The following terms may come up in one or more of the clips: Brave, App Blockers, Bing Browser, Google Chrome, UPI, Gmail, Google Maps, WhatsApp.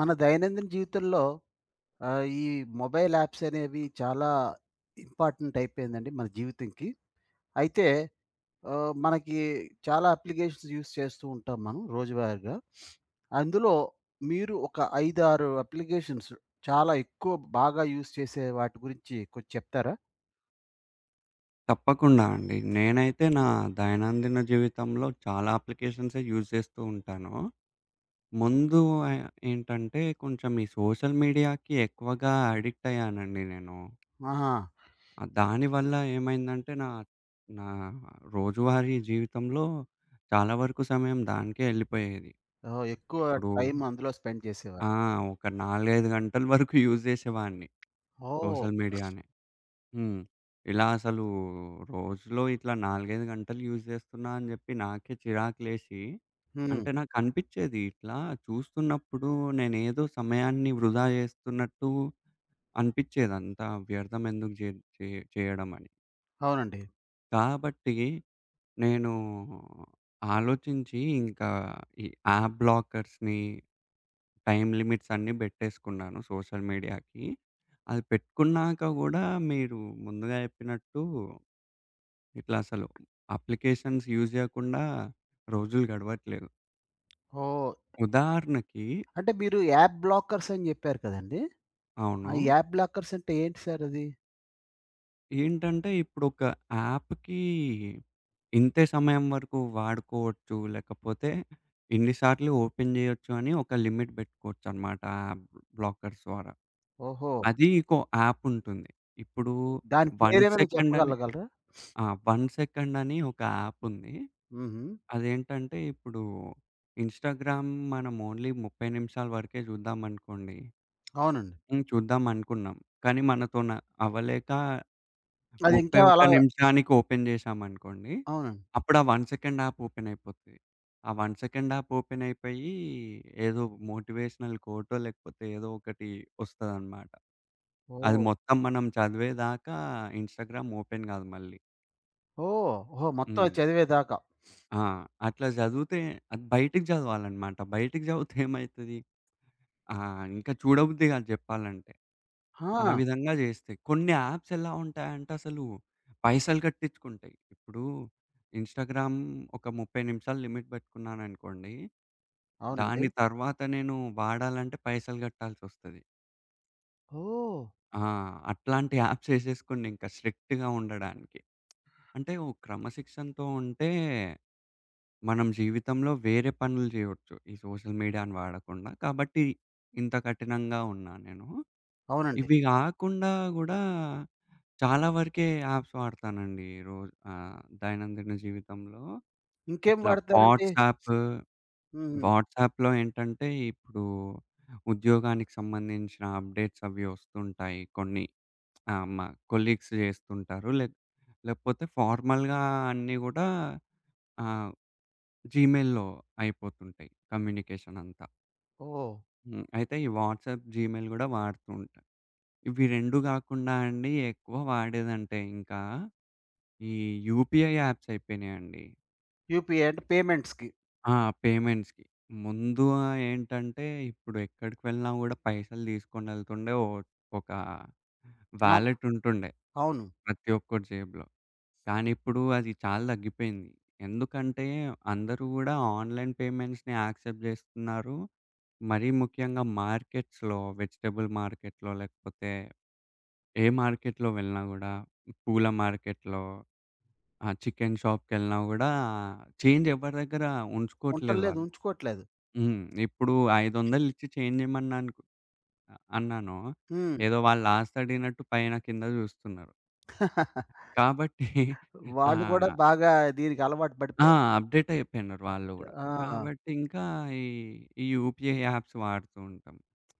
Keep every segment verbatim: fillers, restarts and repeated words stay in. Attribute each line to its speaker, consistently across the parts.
Speaker 1: మన దైనందిన జీవితంలో ఆహ్, ఈ మొబైల్ యాప్స్ అనేవి చాలా ఇంపార్టెంట్ అయిపోయిందండి మన జీవితంకి. అయితే ఆహ్, మనకి చాలా అప్లికేషన్స్ యూజ్ చేస్తూ ఉంటాం మనం రోజువారీగా. అందులో మీరు ఒక అయిదు, ఆరు అప్లికేషన్స్ చాలా ఎక్కువ బాగా యూజ్ చేసే వాటి గురించి కొంచెం చెప్తారా?
Speaker 2: తప్పకుండా అండి. నేనైతే నా దైనందిన జీవితంలో చాలా అప్లికేషన్సే యూజ్ చేస్తూ ఉంటాను. ముందు ఆహ్, ఏంటంటే కొంచెం ఈ సోషల్ మీడియాకి ఎక్కువగా అడిక్ట్ అయ్యానండి నేను.
Speaker 1: ఆహా!
Speaker 2: ఆహ్, దానివల్ల ఏమైందంటే నా నా రోజువారీ జీవితంలో చాలా వరకు సమయం దానికే ఎళ్ళిపోయేది.
Speaker 1: ఓహ్! ఎక్కువ
Speaker 2: ఇప్పుడు
Speaker 1: టైమ్ అందులో స్పెండ్
Speaker 2: ఆ!
Speaker 1: చేసేవారు.
Speaker 2: ఒక నాలుగు, ఐదు గంటల వరకు యూజ్ చేసేవాడిని
Speaker 1: ఓహ్!
Speaker 2: సోషల్ మీడియాని. హ్మ్. ఇలా అసలు రోజులో ఇట్లా నాలుగు, ఐదు గంటలు యూజ్ జేస్తున్నా అని జెప్పి నాకే చిరాకులేసి,
Speaker 1: హ్మ్.
Speaker 2: అంటే నాకనిపిచ్చేది ఇట్లా చూస్తున్నప్పుడు నేనేదో సమయాన్ని వృధా జేస్తున్నట్టు అనిపిచ్చేది. అంతా వ్యర్థం ఎందుకు జే చే చేయడం అని.
Speaker 1: అవునండి.
Speaker 2: కాబట్టి నేను ఆలోచించి ఇంకా ఈ యాప్ బ్లాకర్స్‌ని, టైమ్ లిమిట్స్ అన్నీ బెట్టేసుకున్నాను సోషల్ మీడియాకి. అది పెట్టుకున్నాక గూడా మీరు ముందుగా జెప్పినట్టు ఇట్లా అసలు అప్లికేషన్స్ యూజ్ జేయకుండా రోజులు గడవట్లేదు.
Speaker 1: ఓహ్!
Speaker 2: ఉదాహరణకి
Speaker 1: అంటే మీరు యాప్ బ్లాకర్స్ అని చెప్పారు కదండీ!
Speaker 2: అవును.
Speaker 1: ఆ! యాప్ బ్లాకర్స్ అంటే ఏంటి సార్ అది?
Speaker 2: ఏంటంటే ఇప్పుడొక యాప్‌కి ఇంతే సమయం వరకు వాడుకోవచ్చు. లేకపోతే ఇన్ని సార్లు ఓపెన్ జేయొచ్చు అని ఒక లిమిట్ బెట్టుకోవచ్చనమాట ఆ యాప్ బ్లాకర్స్ ద్వారా.
Speaker 1: ఓహో!
Speaker 2: అది ఇంకో యాప్ ఉంటుంది. ఇప్పుడు
Speaker 1: దాని
Speaker 2: వన్
Speaker 1: పేరేమైనా
Speaker 2: సెకండ్ అని
Speaker 1: చెప్పగలగలరా?
Speaker 2: ఆ! 'వన్ సెకండ్' అని ఒక యాప్ ఉంది.
Speaker 1: హుహు.
Speaker 2: అదేంటంటే ఇప్పుడు ఇన్‌స్టాగ్రామ్ మనం ఓన్లీ ముప్పై నిమిషాల వరకే చూద్దామనుకోండి.
Speaker 1: అవునండి.
Speaker 2: హ్మ్. చూద్దామనుకున్నాం. కానీ మనతోన అవ్వలేక
Speaker 1: అది ఇంకా అలా
Speaker 2: ముప్పై ఒకటి నిమిషానికి ఓపెన్ చేశామనుకోండి.
Speaker 1: అవునండి.
Speaker 2: అప్పుడు ఆ వన్ సెకండ్ యాప్ ఓపెన్ అయిపోతది. ఆ వన్ సెకండ్ యాప్ ఓపెన్ అయిపోయి ఏదో మోటివేషనల్ కోటో లేకపోతే ఏదో ఒకటి వస్తదనమాట. అది
Speaker 1: ఓహ్!
Speaker 2: మొత్తం మనం చదివేదాకా ఇన్‌స్టాగ్రామ్ ఓపెన్ కాదు మళ్ళీ.
Speaker 1: ఓహ్! ఓహో! మొత్తం అది
Speaker 2: హ్మ్.
Speaker 1: చదివేదాకా.
Speaker 2: ఆ! అట్లా చదివితే అది బయటికి చదవాలన్నమాట. బయటికి చదివితే ఏమైతది? ఆహ్, ఇంకా చూడబుద్ధి కాదు చెప్పాలంటే. ఆ
Speaker 1: ఆ!
Speaker 2: విధంగా చేస్తే. కొన్ని యాప్స్ ఎలా ఉంటాయంటే అసలు పైసలు కట్టించుకుంటాయి. ఇప్పుడు ఇన్‌స్టాగ్రామ్ ఒక ముప్పై నిమిషాలు లిమిట్ పెట్టుకున్నాననుకోండి.
Speaker 1: అవునండి.
Speaker 2: దాని తర్వాత నేను వాడాలంటే పైసలు కట్టాల్సొస్తది.
Speaker 1: ఓహ్!
Speaker 2: ఆ! అట్లాంటి యాప్స్ ఏసేసుకోండి ఇంకా స్ట్రిక్ట్‌గా ఉండడానికి. అంటే ఓ క్రమశిక్షణతో ఉంటే మనం జీవితంలో వేరే పనులు చేయొచ్చు. ఈ సోషల్ మీడియాని వాడకుండా. కాబట్టి ఇంత కఠినంగా ఉన్నా నేను.
Speaker 1: అవునండి.
Speaker 2: ఇవి గాకుండా గూడా చాలా వరకే యాప్స్ వాడతానండి. రోజు ఆహ్, దైనందిన జీవితంలో.
Speaker 1: ఇంకేం
Speaker 2: ఇట్లా
Speaker 1: వాడతారండి?
Speaker 2: వాట్సాప్,
Speaker 1: హుహు.
Speaker 2: వాట్సాప్‌లో ఏంటంటే ఇప్పుడు ఉద్యోగానికి సంబంధించిన అప్‌డేట్స్ అవి వస్తుంటాయి. కొన్ని ఆహ్, మా కొలీగ్స్ జేస్తుంటారు. లేక్ లేకపోతే ఫార్మల్‌గా అన్నీ గూడా ఆహ్ జీమెయిల్‌లో అయిపోతుంటాయి కమ్యూనికేషన్ అంతా.
Speaker 1: ఓహ్!
Speaker 2: హ్మ్. అయితే ఈ వాట్సాప్, జీమెయిల్ గూడా వాడుతూ ఉంటా. ఇవి రెండు గాకుండా అండి ఎక్కువ వాడేదంటే ఇంకా ఈ యూపీఐ యాప్స్ అయిపోయినాయండి.
Speaker 1: యూపీఐ అంటే పేమెంట్స్‌కి.
Speaker 2: ఆ! పేమెంట్స్‌కి. ముందు ఆహ్, ఏంటంటే ఇప్పుడు ఎక్కడికి వెళ్ళినా గూడా పైసలు తీసుకొనెళ్తుండే ఓ ఒక
Speaker 1: ఆ!
Speaker 2: వాలెట్ ఉంటుండే
Speaker 1: అవును.
Speaker 2: ప్రతి ఒక్కరి జేబులో. కానీ ఇప్పుడు అది చాలా తగ్గిపోయింది. ఎందుకంటే అందరూ గూడా ఆన్‌లైన్ పేమెంట్స్‌ని యాక్సెప్ట్ జేస్తున్నారు. మరీ ముఖ్యంగా మార్కెట్స్‌లో వెజిటబుల్ మార్కెట్‌లో లేకపోతే ఏ మార్కెట్‌లో వెళ్ళినా గూడా పూల మార్కెట్‌లో ఆ! చికెన్ షాప్‌కెళ్ళినా గూడా చేంజ్ ఎవరి దగ్గర ఉంచుకోవట్లేదు
Speaker 1: ఉంటల్లేదు,
Speaker 2: వాళ్ళు.
Speaker 1: ఉంచుకోవట్లేదు.
Speaker 2: హ్మ్. ఇప్పుడు ఐదు వందలు ఇచ్చి చేంజ్ ఇమ్మన్నానుకు అన్నాను.
Speaker 1: హ్మ్.
Speaker 2: ఏదో వాళ్ళు ఆస్తి అడిగినట్టు పైన కింద చూస్తున్నారు. కాబట్టి
Speaker 1: వాళ్ళు గూడా
Speaker 2: ఆహ్,
Speaker 1: బాగా దీనికి అలవాటు
Speaker 2: ఆ!
Speaker 1: పడిపోయారు.
Speaker 2: అప్‌డేట్ అయిపోయినారు వాళ్ళు గూడా.
Speaker 1: ఆ!
Speaker 2: కాబట్టి ఇంకా ఈ, ఈ యూపీఐ యాప్స్ వాడుతూ ఉంటాం.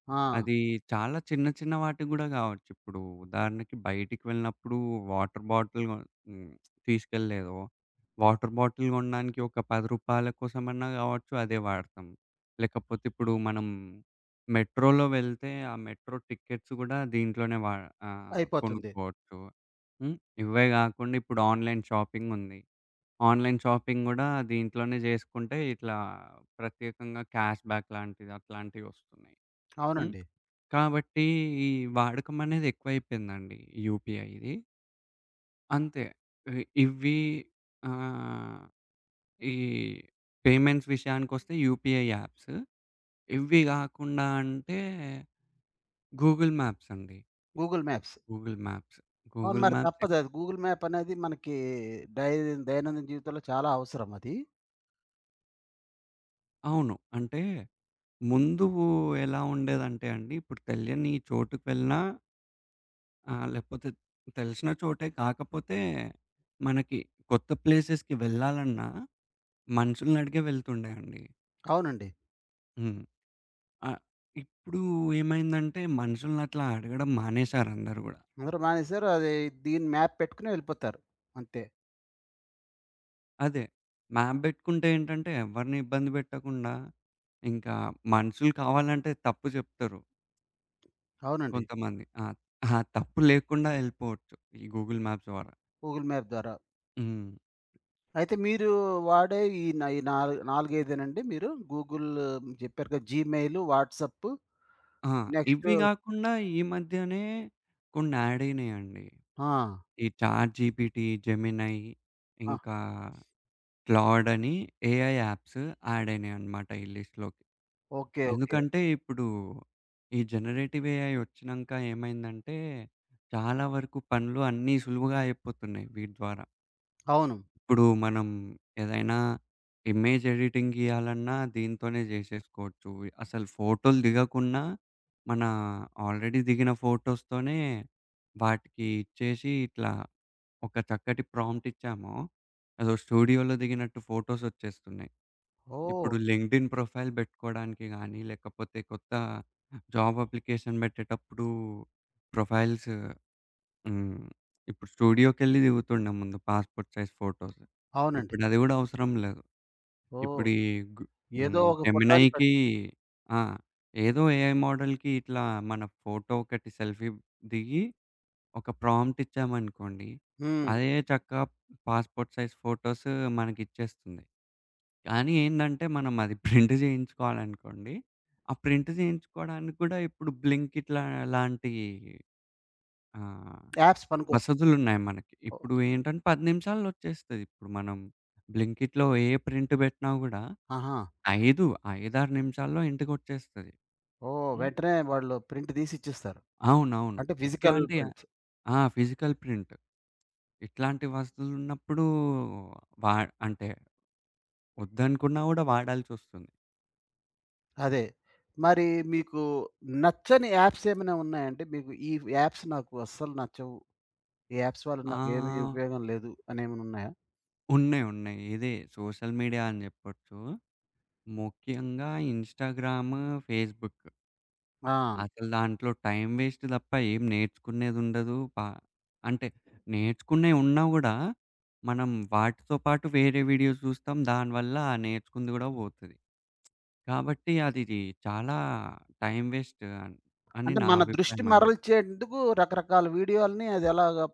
Speaker 1: ఆ!
Speaker 2: అది చాలా చిన్న చిన్న వాటికి గూడా గావచ్చు. ఇప్పుడు ఉదాహరణకి బయటికి వెళ్ళినప్పుడు వాటర్ బాటిల్ గొ హ్మ్. తీసుకెళ్ళలేదు. వాటర్ బాటిల్ గొనడానికి ఒక రూ. పది కోసమన్నా గావచ్చు అదే వాడతాం. లేకపోతే ఇప్పుడు మనం మెట్రోలో వెళ్తే ఆ మెట్రో టికెట్స్ గూడా దీంట్లోనే వా ఆహ్,
Speaker 1: అయిపోతుంది.
Speaker 2: కొనుక్కోవచ్చు. హ్మ్. ఇవే గాకుండా ఇప్పుడు ఆన్‌లైన్ షాపింగుంది. ఆన్‌లైన్ షాపింగ్ గూడా దీంట్లోనే జేసుకుంటే ఇట్లా ప్రత్యేకంగా క్యాష్ బ్యాక్ లాంటిది అట్లాంటివొస్తున్నాయి. హ్మ్.
Speaker 1: అవునండి.
Speaker 2: కాబట్టి ఈ వాడకం అనేది ఎక్కువైపోయిందండి యూపీఐది. అంతే. ఇ ఇవి ఆహ్, ఈ పేమెంట్స్ విషయానికొస్తే యూపీఐ యాప్స్. ఇవి గాకుండా అంటే గూగుల్ మ్యాప్స్ అండి.
Speaker 1: Google maps.
Speaker 2: Google maps.
Speaker 1: అవును.
Speaker 2: గూగుల్
Speaker 1: మరి
Speaker 2: మ్యాప్స్ ఎక్
Speaker 1: తప్పదది. గూగుల్ మ్యాప్ అనేది మనకి డై దైనందిన జీవితంలో చాలా అవసరం అది.
Speaker 2: అవును. అంటే ముందు ఎలా ఉండేదంటే అండి, ఇప్పుడు తెలియని చోటుకి వెళ్ళినా ఆహ్, లేకపోతే తెలిసిన చోటే కాకపోతే మనకి కొత్త ప్లేసెస్‌కి వెళ్ళాలన్నా మనుషుల్నడిగే వెళ్తుండే అండి.
Speaker 1: అవునండి.
Speaker 2: హ్మ్. ఆహ్, ఇప్పుడు ఏమైందంటే మనుషులనట్లా అడగడం మానేశారందరూ గూడా.
Speaker 1: అందరూ మానేశారు. అది దీని మ్యాప్ పెట్టుకుని వెళ్ళిపోతారు. అంతే.
Speaker 2: అదే మ్యాప్ బెట్టుకుంటే ఏంటంటే ఎవరిని ఇబ్బంది బెట్టకుండా, ఇంకా మనుషులు కావాలంటే తప్పు జెప్తరు
Speaker 1: అవునండి.
Speaker 2: కొంతమంది. ఆ! ఆ తప్పు లేకుండా యెళ్ళిపోవచ్చు ఈ గూగుల్ మ్యాప్స్ ద్వారా.
Speaker 1: గూగుల్ మ్యాప్ ద్వారా.
Speaker 2: హ్మ్.
Speaker 1: అయితే మీరు వాడే ఈ న ఈ నా నాలుగు, అయిదు మీరు గూగుల్ చెప్పారు కదా! జీమెయిల్, వాట్సాప్
Speaker 2: ఆ!
Speaker 1: నెక్స్ట్
Speaker 2: ఇవి గాకుండా ఈ మధ్యనే కొన్ని యాడ్ అయినాయండి.
Speaker 1: ఆ!
Speaker 2: ఈ చాట్‌జీపీటీ, జెమినై
Speaker 1: ఆ!
Speaker 2: ఇంకా క్లాడ్ అని ఏఐ యాప్స్ యాడ్ అయినాయన్నమాట ఈ లిస్ట్‌లోకి.
Speaker 1: ఓకే. ఓకే.
Speaker 2: ఎందుకంటే, ఇప్పుడు ఈ జనరేటివ్ ఏఐ వచ్చినంక ఏమైందంటే, చాలా వరకు పనులు అన్నీ సులువుగా అయిపోతున్నాయి వీటి ద్వారా.
Speaker 1: అవును.
Speaker 2: ఇప్పుడు మనం ఏదైనా ఇమేజ్ ఎడిటింగ్ ఇయ్యాలన్నా దీంతోనే చేసేసుకోవచ్చు. అసలు ఫోటోలు దిగకున్నా, మన ఆల్రెడీ దిగిన ఫోటోస్‌తోనే వాటికి ఇచ్చేసి ఇట్లా ఒక చక్కటి ప్రాంప్ట్ ఇచ్చామో, అదో స్టూడియోలో దిగినట్టు ఫోటోస్ వచ్చేస్తున్నాయి.
Speaker 1: ఓహ్!
Speaker 2: ఇప్పుడు లింక్డ్ఇన్ ప్రొఫైల్ బెట్టుకోడానికి గానీ, లేకపోతే కొత్త జాబ్ అప్లికేషన్ బెట్టేటప్పుడు ప్రొఫైల్స్ హ్మ్. ఇప్పుడు స్టూడియోకెళ్ళి దిగుతుండే ముందు పాస్‌పోర్ట్ సైజ్ ఫోటోస్.
Speaker 1: అవునండి.
Speaker 2: ఇప్పుడది గూడా అవసరం లేదు.
Speaker 1: ఓహ్!
Speaker 2: ఇప్పుడు ఈ గు
Speaker 1: ఏదో
Speaker 2: హ్మ్.
Speaker 1: ఒక ఫోటోని పెట్
Speaker 2: జెమినైకి ఆ! ఏదో ఏఐ మోడల్‌కి ఇట్లా మన ఫోటో ఒకటి సెల్ఫీ దిగి, ఒక ప్రాంప్ట్ ఇచ్చామనుకోండి,
Speaker 1: హ్మ్.
Speaker 2: అదే చక్కగా పాస్‌పోర్ట్ సైజ్ ఫోటోస్ మనకిచ్చేస్తుంది. కానీ ఏందంటే, మనం అది ప్రింట్ జేయించుకోవాలనుకోండి. ఆ ప్రింట్ జేయించుకోవడానికి గూడా ఇప్పుడు బ్లింక్ ఇట్లా లాంటి ఆహ్,
Speaker 1: యాప్స్ పనికొస్తాయి.
Speaker 2: వసతులున్నాయి మనకి.
Speaker 1: ఓహ్!
Speaker 2: ఇప్పుడు ఏంటంటే పది నిమిషాల్లో వచ్చేస్తది. ఇప్పుడు మనం బ్లింకిట్‌లో ఏ ప్రింట్ బెట్టినా గూడా
Speaker 1: ఆహా!
Speaker 2: ఐదు ఐదు, ఆరు నిమిషాల్లో ఇంటికొచ్చేస్తది.
Speaker 1: ఓహ్!
Speaker 2: హ్మ్.
Speaker 1: వెంటనే వాళ్ళు ప్రింట్ తీసి ఇచ్చేస్తారు.
Speaker 2: అవునవును.
Speaker 1: అంటే ఫిజికల్
Speaker 2: ఇట్లాంటి
Speaker 1: ప్రింట్స్.
Speaker 2: ఆ! Physical print. ఇట్లాంటి వసతులున్నప్పుడు వా అంటే వద్దనుకున్నా గూడా వాడాల్సొస్తుంది.
Speaker 1: అదే. మరి మీకు నచ్చని యాప్స్ ఏమైనా ఉన్నాయండి? మీకు ఈ యాప్స్ నాకు అస్సలు నచ్చవు. ఈ యాప్స్ వల్ల
Speaker 2: ఆ!
Speaker 1: నాకేమీ ఉపయోగం లేదు అనేమైనా ఉన్నాయా?
Speaker 2: ఉన్నాయి. ఉన్నాయి. ఇదే సోషల్ మీడియా అని జెప్పొచ్చు. ముఖ్యంగా ఇన్‌స్టాగ్రామ్, ఫేస్‌బుక్.
Speaker 1: ఆ!
Speaker 2: అసలు దాంట్లో టైమ్ వేస్ట్ తప్ప ఏం నేర్చుకునేదుండదు. ప అంటే నేర్చుకునేయి ఉన్నా గూడా మనం వాటితో పాటు వేరే వీడియోస్ జూస్తాం. దానివల్ల ఆ నేర్చుకుంది గూడా పోతది. కాబట్టి అదిది చాలా టైమ్ వేస్ట్ అన్ అని
Speaker 1: అంటే
Speaker 2: నా
Speaker 1: మన దృష్టి
Speaker 2: అభిప్రాయం అండి.
Speaker 1: మరల్చేందుకు రకరకాల వీడియోలని అది అలాగా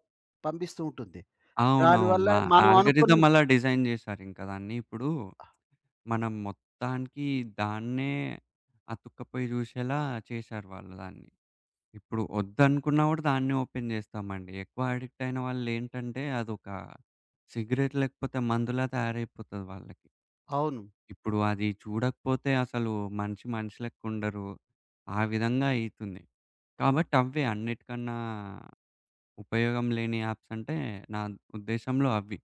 Speaker 1: పంపిస్తూ ఉంటుంది.
Speaker 2: అవునవును.
Speaker 1: దానివల్ల
Speaker 2: ఆ!
Speaker 1: మనం అనుకున్న
Speaker 2: ఆల్గోరిథం అలా డిజైన్ జేశారింక దాన్ని. ఇప్పుడు మనం మొత్తానికి దాన్నే అతుక్కపోయి జూసేలా చేశారు వాళ్ళు దాన్ని. ఇప్పుడు ఒద్దనుకున్నా గూడా దాన్నే ఓపెన్ జేస్తామండి. ఎక్కువ అడిక్ట్ అయిన వాళ్ళేంటంటే అదొక సిగరెట్ లేకపోతే మందులా తయారైపోతది వాళ్ళకి.
Speaker 1: అవును.
Speaker 2: ఇప్పుడు అది చూడకపోతే అసలు మనిషి మనిషి లెక్కుండరు. ఆ విధంగా అయితుంది. కాబట్టి అవ్వే అన్నిటికన్నా ఉపయోగం లేని యాప్స్ అంటే నా ఉద్దేశంలో అవి.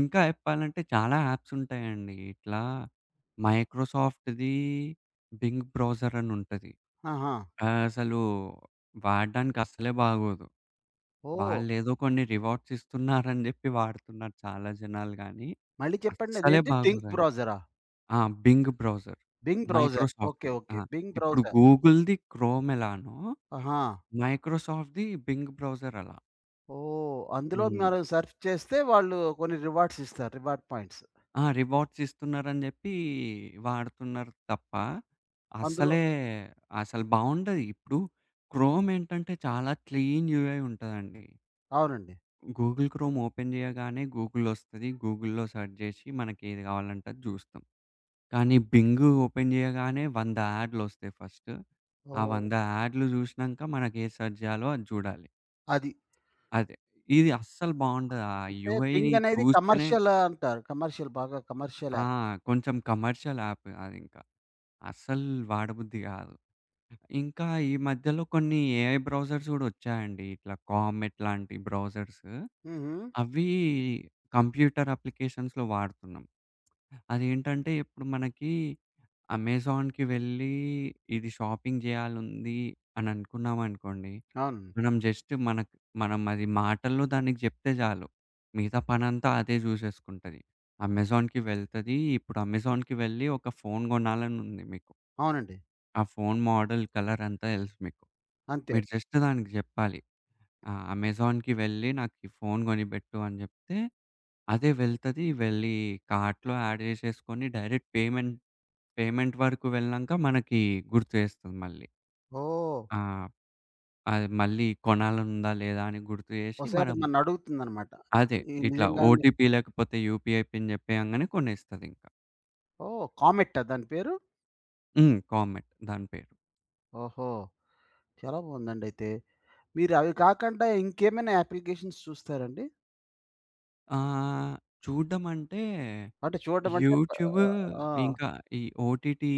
Speaker 2: ఇంకా చెప్పాలంటే చాలా యాప్స్ ఉంటాయండి. ఇట్లా మైక్రోసాఫ్ట్‌ది బింగ్ బ్రౌజర్ అని ఉంటది.
Speaker 1: ఆహా!
Speaker 2: ఆహ్, అసలు వాడడానికి అస్సలే బాగోదు.
Speaker 1: ఓహ్!
Speaker 2: వాళ్ళేదో కొన్ని రివార్డ్స్ ఇస్తున్నారని జెప్పి వాడుతున్నారు చాలా జనాలు గానీ,
Speaker 1: మళ్ళీ చెప్పండి
Speaker 2: అస్సలే
Speaker 1: అదేంటి? థింక్
Speaker 2: బాగోదండి.
Speaker 1: బ్రౌజరా?
Speaker 2: ఆ! Bing browser
Speaker 1: Bing browser. Okay.
Speaker 2: మైక్రోసాఫ్ట్‌ది. ఆ!
Speaker 1: ఓకే. బింగ్
Speaker 2: ఇప్పుడు
Speaker 1: బ్రౌజర్.
Speaker 2: గూగుల్‌ది క్రోమ్ ఎలానో
Speaker 1: ఆహా!
Speaker 2: మైక్రోసాఫ్ట్‌ది బింగ్ బ్రౌజర్ అలా.
Speaker 1: ఓహ్! అందులో
Speaker 2: హ్మ్.
Speaker 1: మనం సెర్చ్ చేస్తే వాళ్ళు కొన్ని రివార్డ్స్ ఇస్తారు. Reward points.
Speaker 2: ఆ! రివార్డ్స్ ఇస్తున్నారని జెప్పి వాడుతున్నారు తప్ప,
Speaker 1: అందులో
Speaker 2: అస్సలే అసలు బావుండదు. ఇప్పుడు క్రోమ్ ఏంటంటే చాలా క్లీన్ యూఐ ఉంటదండి.
Speaker 1: అవునండి.
Speaker 2: గూగుల్ క్రోమ్ ఓపెన్ జేయగానే గూగుల్ ఒస్తది. గూగుల్‌లో సెర్చ్ జేసి మనకేది గావాలంటే అది జూస్తాం. కానీ బింగ్ ఓపెన్ జేయగానే వంద యాడ్‌లొస్తాయి ఫస్ట్. ఆ
Speaker 1: ఓహ్!
Speaker 2: వంద యాడ్‌లు జూశినంక మనకేది సెర్చ్ జేయాలో అది జూడాలి.
Speaker 1: అది.
Speaker 2: అదే. ఇది అస్సలు బావుండదు. ఆ
Speaker 1: అంటే
Speaker 2: యూఐని
Speaker 1: పింగ్ అనేది
Speaker 2: చూస్తేనే
Speaker 1: కమర్షియల్ అంటారు. కమర్షియల్ బాగా కమర్షియల్
Speaker 2: ఆ!
Speaker 1: యాప్.
Speaker 2: కొంచెం కమర్షియల్ యాప్ అదింక. అస్సలు వాడబుద్ధి గాదు. ఇంకా ఈ మధ్యలో కొన్ని ఏఐ బ్రౌజర్స్ గూడా ఒచ్చాయండి. ఇట్లా కామెట్ లాంటి బ్రౌజర్స్.
Speaker 1: హుహు.
Speaker 2: అవి కంప్యూటర్ అప్లికేషన్స్‌లో వాడుతున్నాం. అదేంటంటే ఇప్పుడు మనకి అమెజాన్‌కి వెళ్ళి ఇది షాపింగ్ జేయాలుంది అని అనుకున్నామనుకోండి.
Speaker 1: అవును.
Speaker 2: మనం జస్ట్ మనకు మనం అది మాటల్లో దానికి జెప్తే జాలు. మిగతా పనంతా అదే జూసేసుకుంటది. అమెజాన్‌కి వెళ్తది. ఇప్పుడు అమెజాన్‌కి వెళ్ళి ఒక ఫోన్ గొనాలనుంది మీకు.
Speaker 1: అవునండి.
Speaker 2: ఆ ఫోను మోడల్, కలరంతా తెలుసు మీకు.
Speaker 1: అంతే.
Speaker 2: మీరు జస్ట్ దానికి జెప్పాలి. ఆ! అమెజాన్‌కి వెళ్ళి నాకీ ఫోను గొనిపెట్టు అని జెప్తే, అదే వెళ్తది. వెళ్ళి కార్ట్‌లో యాడ్ జేసేసుకొని డైరెక్ట్ పేమెంట్ పేమెంట్ వరకు వెళ్ళినంక మనకి గుర్తు జేస్తది మళ్ళీ.
Speaker 1: ఓహ్!
Speaker 2: ఆ! అది మళ్ళీ కొనాలనుందా లేదా అని గుర్తు జేసి
Speaker 1: ఒకసారి
Speaker 2: మనం
Speaker 1: నన్నడుగుతుందనమాట.
Speaker 2: అదే
Speaker 1: ఈ
Speaker 2: ఇట్లా
Speaker 1: నిజంగానే
Speaker 2: ఓటీపీ లేకపోతే యూపీఐ పిన్ జెప్పేయంగానే కొనేస్తదింక.
Speaker 1: ఓహ్! కామెట్టా దాని పేరు?
Speaker 2: హ్మ్. కామెట్ దాని పేరు.
Speaker 1: ఓహో! చాలా బావుందండి అయితే. మీరు అవి కాకుండా ఇంకేమైనా అప్లికేషన్స్ చూస్తారండి?
Speaker 2: ఆహ్, చూడ్డమంటే
Speaker 1: అంటే చూడడం అంటే ప
Speaker 2: యూట్యూబ్
Speaker 1: ఆ!
Speaker 2: ఇంకా ఈ ఓటీటీ,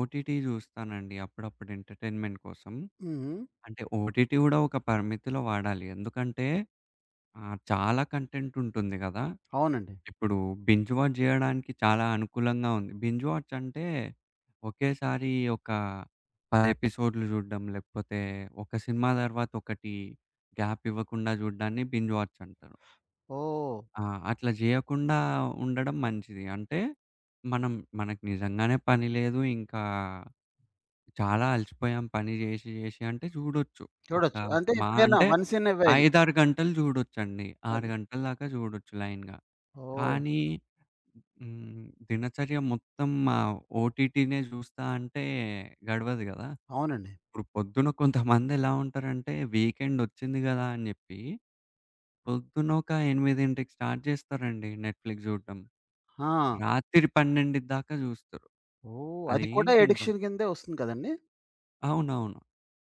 Speaker 2: ఓటీటీ జూస్తానండి అప్పుడప్పుడు ఎంటర్‌టైన్‌మెంట్ కోసం.
Speaker 1: హుహు.
Speaker 2: అంటే ఓటీటీ గూడా ఒక పరిమితిలో వాడాలి. ఎందుకంటే ఆహ్, చాలా కంటెంట్ ఉంటుంది గదా!
Speaker 1: అవునండి.
Speaker 2: ఇప్పుడు బింజ్ వాచ్ జేయడానికి చాలా అనుకూలంగా ఉంది. బింజ్ వాచ్ అంటే ఒకేసారి ఒక పది ఎపిసోడ్‌లు జూడడం, లేకపోతే ఒక సినిమా తర్వాత ఒకటి గ్యాప్ ఇవ్వకుండా జూడడాన్ని బింజ్ వాచ్ అంటారు.
Speaker 1: ఓహ్!
Speaker 2: ఆ! అట్లా జేయకుండా ఉండడం మంచిది. అంటే మనం మనకు నిజంగానే పని లేదు. ఇంకా చాలా అలసిపోయాం పని జేసి జేసి అంటే చూడొచ్చు. ఒక
Speaker 1: చూడొచ్చు. అంటే
Speaker 2: మా హ్మ్.
Speaker 1: ఎప్పుడైనా
Speaker 2: అంటే
Speaker 1: వన్స్ ఇన్ ఎ వైల్.
Speaker 2: ఐదు, ఆరు గంటలు చూడొచ్చండి. ఆరు
Speaker 1: అది.
Speaker 2: గంటల దాకా చూడొచ్చు లైన్‌గా.
Speaker 1: ఓహ్!
Speaker 2: కానీ హ్మ్. దినచర్య మొత్తం ఆ ఓటీటీనే జూస్తా అంటే గడవదు గదా!
Speaker 1: అవునండి.
Speaker 2: ఇప్పుడు పొద్దున కొంతమంది ఎలా ఉంటారంటే వీకెండ్ ఒచ్చింది గదా! అని జెప్పి పొద్దున ఒక ఎనిమిదికి స్టార్ట్ జేస్తారండి నెట్‌ఫ్లిక్స్ జూడడం.
Speaker 1: ఆ!
Speaker 2: రాత్రి పన్నెండు దాకా జూస్తరు.
Speaker 1: ఓహ్! అది కూడా
Speaker 2: అదేంటింక
Speaker 1: ఎడిక్షన్ కిందే వస్తుంది కదండీ!
Speaker 2: అవునవును.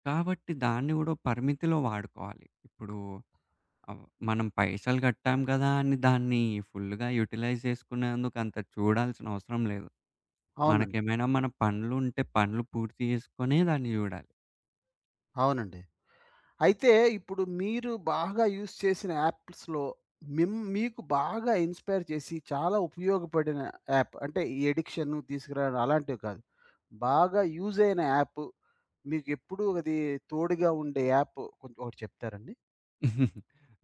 Speaker 2: కాబట్టి దాన్ని గూడా పరిమితిలో వాడుకోవాలి. ఇప్పుడు ఆహ్, మనం పైసలు గట్టాం గదా! అని దాన్ని ఫుల్‌గా యుటిలైజ్ జేసుకునేందుకు అంత చూడాల్సిన అవసరం లేదు.
Speaker 1: అవునండి.
Speaker 2: మనకేమైనా మన పనులుంటే పనులు పూర్తి జేసుకొనే దాన్ని జూడాలి.
Speaker 1: అవునండి. అయితే ఇప్పుడు మీరు బాగా యూజ్ చేసిన యాప్స్‌లో మిమ్ మీకు బాగా ఇన్‌స్పైర్ చేసి చాలా ఉపయోగపడిన యాప్ అంటే ఈ ఎడిక్షన్ తీసుకురావడం అలాంటివి కాదు. బాగా యూజ్ అయిన యాప్ మీకు ఎప్పుడూ అది తోడుగా ఉండే యాప్ కొంచెం ఒకటి చెప్తారండి?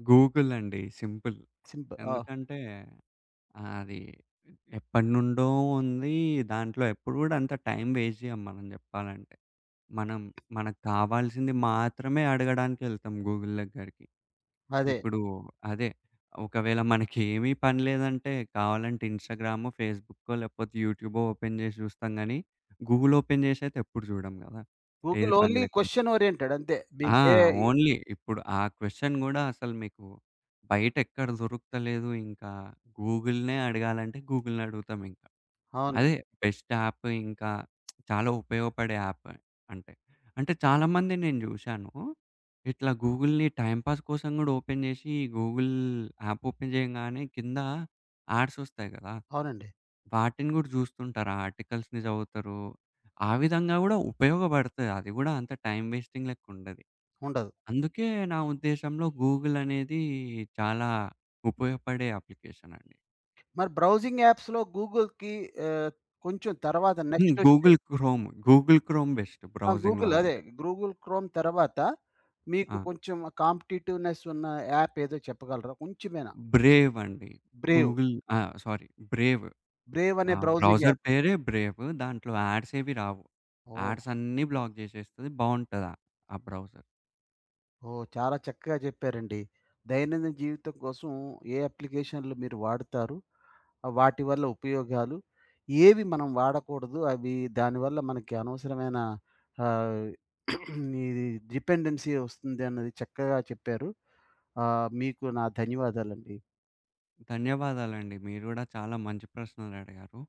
Speaker 2: గూగుల్ అండి సింపుల్.
Speaker 1: సింపుల్ ఆ!
Speaker 2: ఎందుకంటే అది ఎప్పటినుండో ఉంది. దాంట్లో ఎప్పుడు గూడా అంత టైం వేస్ట్ జేయం మనం జెప్పాలంటే. మనం మనకు కావాల్సింది మాత్రమే అడగడానికెళ్తాం గూగుల్ దగ్గరికి.
Speaker 1: అదే.
Speaker 2: ఇప్పుడు అదే ఒకవేళ మనకేమీ పని లేదంటే కావాలంటే ఇన్‌స్టాగ్రామో, ఫేస్‌బుక్కో లేకపోతే యూట్యూబో ఓపెన్ జేసి జూస్తాం గానీ, గూగుల్ ఓపెన్ జేసైతే ఎప్పుడు జూడం గదా! ఏది
Speaker 1: గూగుల్
Speaker 2: పని
Speaker 1: ఓన్లీ
Speaker 2: లేకపోతే.
Speaker 1: క్వెషన్ ఓరియెంటెడ్ అంతే.
Speaker 2: ఆ!
Speaker 1: మీకే
Speaker 2: ఓన్లీ ఇప్పుడు ఆ క్వెషన్ గూడా అసలు మీకు బయటెక్కడ దొరుకుతలేదు. ఇంకా గూగుల్‌నే అడగాలంటే గూగుల్‌ని అడుగుతామింక.
Speaker 1: అవును.
Speaker 2: అదే. బెస్ట్ యాప్ ఇంకా చాలా ఉపయోగపడే యాప్ అంటే. అంటే చాలామంది నేను జూశాను. ఇట్లా గూగుల్‌ని టైమ్ పాస్ కోసం గూడా ఓపెన్ జేసి గూగుల్ యాప్ ఓపెన్ చేయంగానే కింద యాడ్స్ ఒస్తాయి గదా!
Speaker 1: అవునండి.
Speaker 2: వాటిని గూడా జూస్తుంటారు. ఆ ఆర్టికల్స్‌ని చదువుతారు. ఆ విధంగా గూడా ఉపయోగపడతది. అది గూడా అంత టైమ్ వేస్టింగ్ లెక్క ఉండది.
Speaker 1: ఉండదు.
Speaker 2: అందుకే నా ఉద్దేశంలో గూగుల్ అనేది చాలా ఉపయోగపడే అప్లికేషన్ అండి.
Speaker 1: మరి బ్రౌజింగ్ యాప్స్‌లో గూగుల్‌కి ఆహ్, కొంచెం తర్వాత
Speaker 2: హ్మ్.
Speaker 1: నెక్స్ట్ వచ్చే
Speaker 2: Google Chrome, Google Chrome best
Speaker 1: ఆ!
Speaker 2: బ్రౌజింగ్‌లో
Speaker 1: గూగుల్ అదే
Speaker 2: అంటే.
Speaker 1: గూగుల్ క్రోమ్ తర్వాత
Speaker 2: ఆ!
Speaker 1: మీకు కొంచెం కాంపిటీటివ్‌నెస్ ఉన్న యాప్ ఏదో చెప్పగలరా? కొంచెమేనా?
Speaker 2: బ్రేవ్ అండి.
Speaker 1: బ్రేవ్.
Speaker 2: గూగుల్ ఆ! Sorry Brave.
Speaker 1: బ్రేవ్
Speaker 2: ఆ!
Speaker 1: అనే బ్రౌజింగ్
Speaker 2: బ్రౌజర్
Speaker 1: యాప్.
Speaker 2: పేరే బ్రేవ్. దాంట్లో యాడ్స్ ఏవి రావు.
Speaker 1: ఓహ్!
Speaker 2: యాడ్స్ అన్నీ బ్లాక్ జేసేస్తది. బావుంటది ఆ బ్రౌజర్.
Speaker 1: ఓహ్! చాలా చక్కగా చెప్పారండి. దైనందిన జీవితం కోసం ఏ అప్లికేషన్‌లు మీరు వాడుతారు? ఆ వాటి వల్ల ఉపయోగాలు, ఏవి మనం వాడకూడదు? అవి దానివల్ల మనకి అనవసరమైన ఆహ్, ఇది డిపెండెన్సీ వస్తుంది అన్నది చక్కగా చెప్పారు. ఆహ్, మీకు నా ధన్యవాదాలండి.
Speaker 2: ధన్యవాదాలండి. మీరు గూడా చాలా మంచి ప్రశ్నలడిగారు.